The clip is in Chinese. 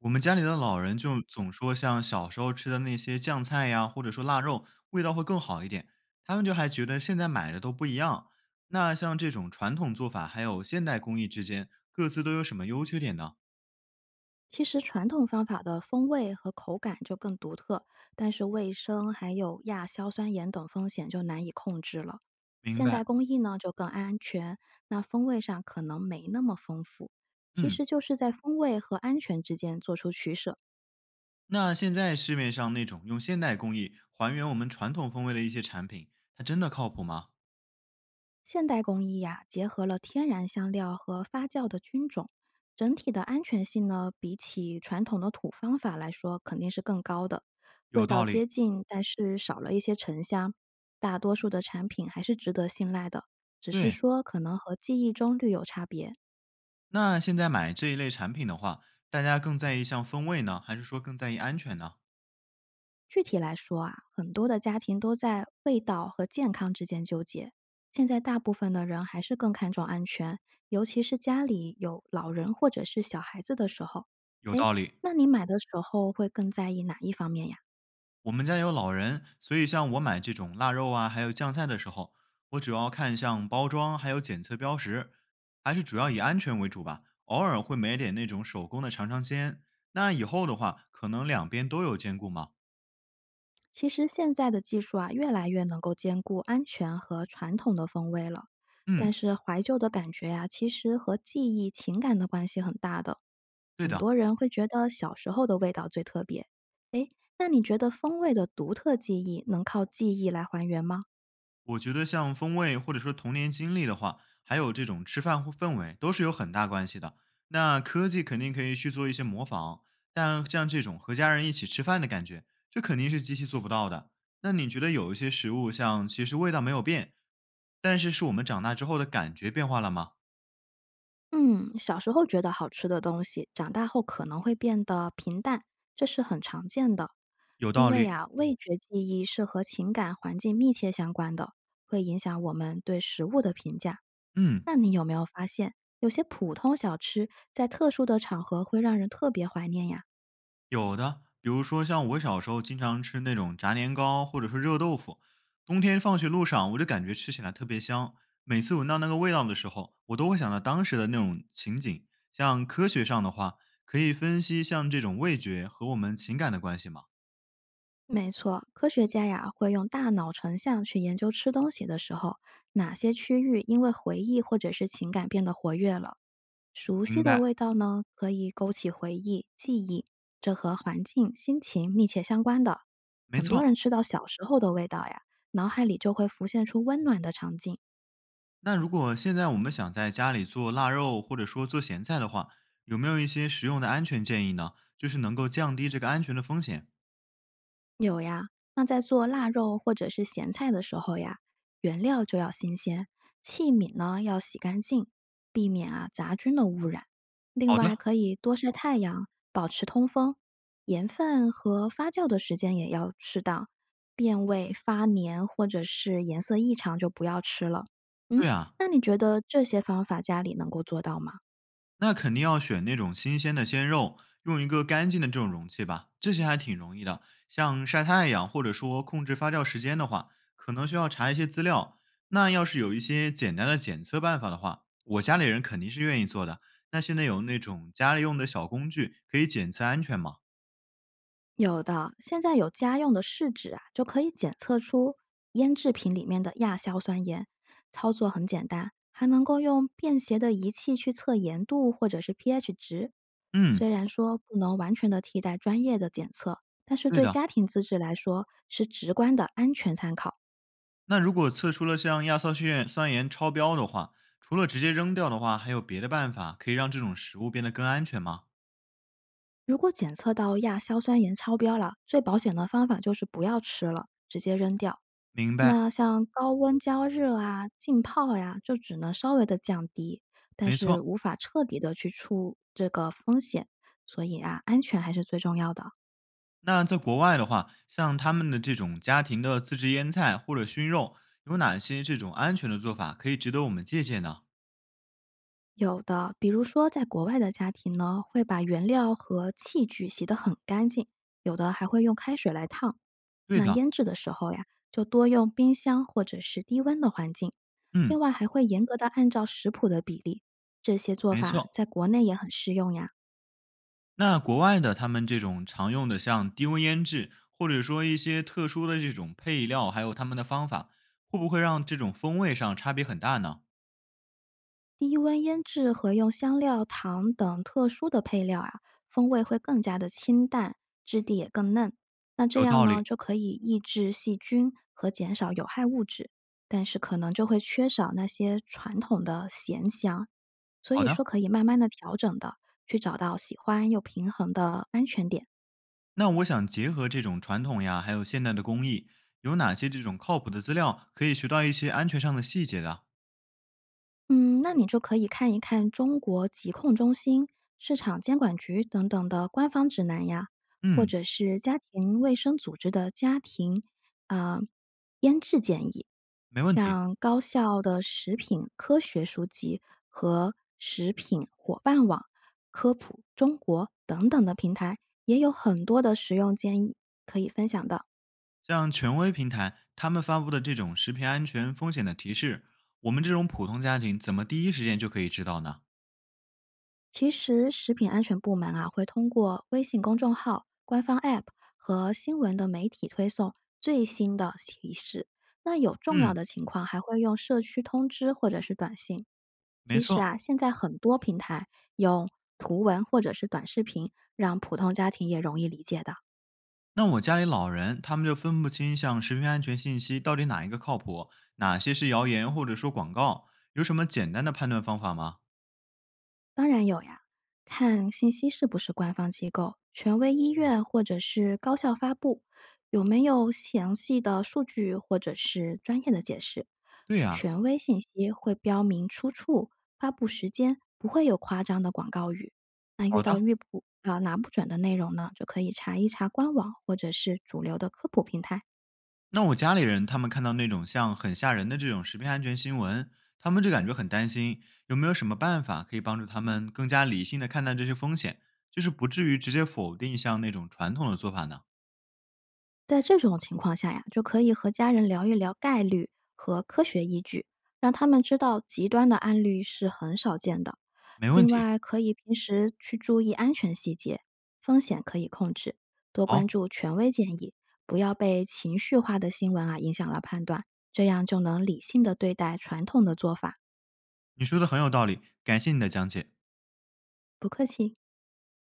我们家里的老人就总说，像小时候吃的那些酱菜呀，或者说腊肉，味道会更好一点。他们就还觉得现在买的都不一样。那像这种传统做法还有现代工艺之间，各自都有什么优缺点呢？其实传统方法的风味和口感就更独特，但是卫生还有亚硝酸盐等风险就难以控制了。明现代白。工艺呢就更安全，那风味上可能没那么丰富，其嗯，实就是在风味和安全之间做出取舍。那现在市面上那种用现代工艺还原我们传统风味的一些产品，它真的靠谱吗？现代工艺呀、结合了天然香料和发酵的菌种，整体的安全性呢，比起传统的土方法来说，肯定是更高的。味有道道理。接近，但是少了一些沉香。大多数的产品还是值得信赖的，只是对。说可能和记忆中略有差别。那现在买这一类产品的话，大家更在意像风味呢，还是说更在意安全呢？具体来说啊，很多的家庭都在味道和健康之间纠结。现在大部分的人还是更看重安全，尤其是家里有老人或者是小孩子的时候。有哎，道理。那你买的时候会更在意哪一方面呀？我们家有老人，所以像我买这种腊肉啊，还有酱菜的时候，我主要看像包装还有检测标识，还是主要以安全为主吧。偶尔会买点那种手工的尝尝鲜。那以后的话，可能两边都有兼顾嘛。其实现在的技术啊，越来越能够兼顾安全和传统的风味了。但嗯，是怀旧的感觉呀、其实和记忆、情感的关系很大的。对很的。多人会觉得小时候的味道最特别。诶，那你觉得风味的独特记忆能靠记忆来还原吗？我觉得像风味或者说童年经历的话，还有这种吃饭或氛围都是有很大关系的。那科技肯定可以去做一些模仿，但像这种和家人一起吃饭的感觉，这肯定是机器做不到的。那你觉得有一些食物像其实味道没有变，但是是我们长大之后的感觉变化了吗？嗯，小时候觉得好吃的东西，长大后可能会变得平淡，这是很常见的。有因道为理，呀、味觉记忆是和情感环境密切相关的，会影响我们对食物的评价。嗯。那你有没有发现，有些普通小吃在特殊的场合会让人特别怀念呀？有的，比如说像我小时候经常吃那种炸年糕或者是热豆腐，冬天放学路上我就感觉吃起来特别香。每次闻到那个味道的时候，我都会想到当时的那种情景。像科学上的话，可以分析像这种味觉和我们情感的关系吗？没错，科学家呀会用大脑成像去研究吃东西的时候，哪些区域因为回忆或者是情感变得活跃了。熟悉明的白，味道呢，可以勾起回忆、记忆，这和环境、心情密切相关的。没很多错。人吃到小时候的味道呀，脑海里就会浮现出温暖的场景。那如果现在我们想在家里做腊肉或者说做咸菜的话，有没有一些实用的安全建议呢？就是能够降低这个安全的风险。有呀，那在做腊肉或者是咸菜的时候呀，原料就要新鲜，器皿呢要洗干净，避免啊杂菌的污染。另好外，的，可以多晒太阳，保持通风，盐分和发酵的时间也要适当，变味、发黏或者是颜色异常就不要吃了。对嗯，啊，那你觉得这些方法家里能够做到吗？那肯定要选那种新鲜的鲜肉，用一个干净的这种容器吧，这些还挺容易的。像晒太阳或者说控制发酵时间的话，可能需要查一些资料。那要是有一些简单的检测办法的话，我家里人肯定是愿意做的。那现在有那种家里用的小工具可以检测安全吗？有的，现在有家用的试纸啊，就可以检测出腌制品里面的亚硝酸盐，操作很简单，还能够用便携的仪器去测盐度或者是 pH 值。嗯，虽然说不能完全的替代专业的检测，但是对对的。家庭自制来说是直观的安全参考。那如果测出了像亚硝酸盐酸盐超标的话，除了直接扔掉的话，还有别的办法可以让这种食物变得更安全吗？如果检测到亚硝酸盐超标了，最保险的方法就是不要吃了，直接扔掉。明白，那像高温加热啊、浸泡呀，就只能稍微的降低，但没是错。无法彻底的去除这个风险，所以啊，安全还是最重要的。那在国外的话，像他们的这种家庭的自制腌菜或者熏肉，有哪些这种安全的做法可以值得我们借鉴呢？有的，比如说在国外的家庭呢，会把原料和器具洗得很干净，有的还会用开水来烫。对那的，腌制的时候呀，就多用冰箱或者是低温的环境。嗯，另外，还会严格的按照食谱的比例，这些做没法错。在国内也很适用呀。那国外的他们这种常用的像低温腌制，或者说一些特殊的这种配料，还有他们的方法，会不会让这种风味上差别很大呢？低温腌制和用香料、糖等特殊的配料啊，风味会更加的清淡，质地也更嫩。那这有样道呢，理。就可以抑制细菌和减少有害物质，但是可能就会缺少那些传统的咸香。所好以说，的，可以慢慢的调整的，去找到喜欢又平衡的安全点。那我想结合这种传统呀，还有现代的工艺，有哪些这种靠谱的资料可以学到一些安全上的细节的？嗯，那你就可以看一看中国疾控中心、市场监管局等等的官方指南呀，或嗯，者是家庭卫生组织的家庭啊、呃腌制建议，没问题。像高校的食品科学书籍和食品伙伴网、科普中国等等的平台，也有很多的实用建议可以分享的。像权威平台，他们发布的这种食品安全风险的提示，我们这种普通家庭怎么第一时间就可以知道呢？其实，食品安全部门啊会通过微信公众号、官方 App 和新闻的媒体推送最新的提示。那有重要嗯，的情况还会用社区通知或者是短信。没其实错。啊，现在很多平台用图文或者是短视频，让普通家庭也容易理解的。那我家里老人他们就分不清像食品安全信息到底哪一个靠谱，哪些是谣言或者说广告，有什么简单的判断方法吗？当然有呀，看信息是不是官方机构、权威医院或者是高校发布，有没有详细的数据或者是专业的解释。对呀、权威信息会标明出处、发布时间，不会有夸张的广告语。那遇好到的。遇不啊拿不准的内容呢，就可以查一查官网或者是主流的科普平台。那我家里人他们看到那种像很吓人的这种食品安全新闻，他们就感觉很担心，有没有什么办法可以帮助他们更加理性的看待这些风险，就是不至于直接否定像那种传统的做法呢？在这种情况下呀，就可以和家人聊一聊概率和科学依据，让他们知道极端的案例是很少见的。没问另题，外，可以平时去注意安全细节，风险可以控制，多关好，注权威建议，不要被情绪化的新闻啊影响了判断，这样就能理性的对待传统的做法。你说的很有道理，感谢你的讲解。不客气。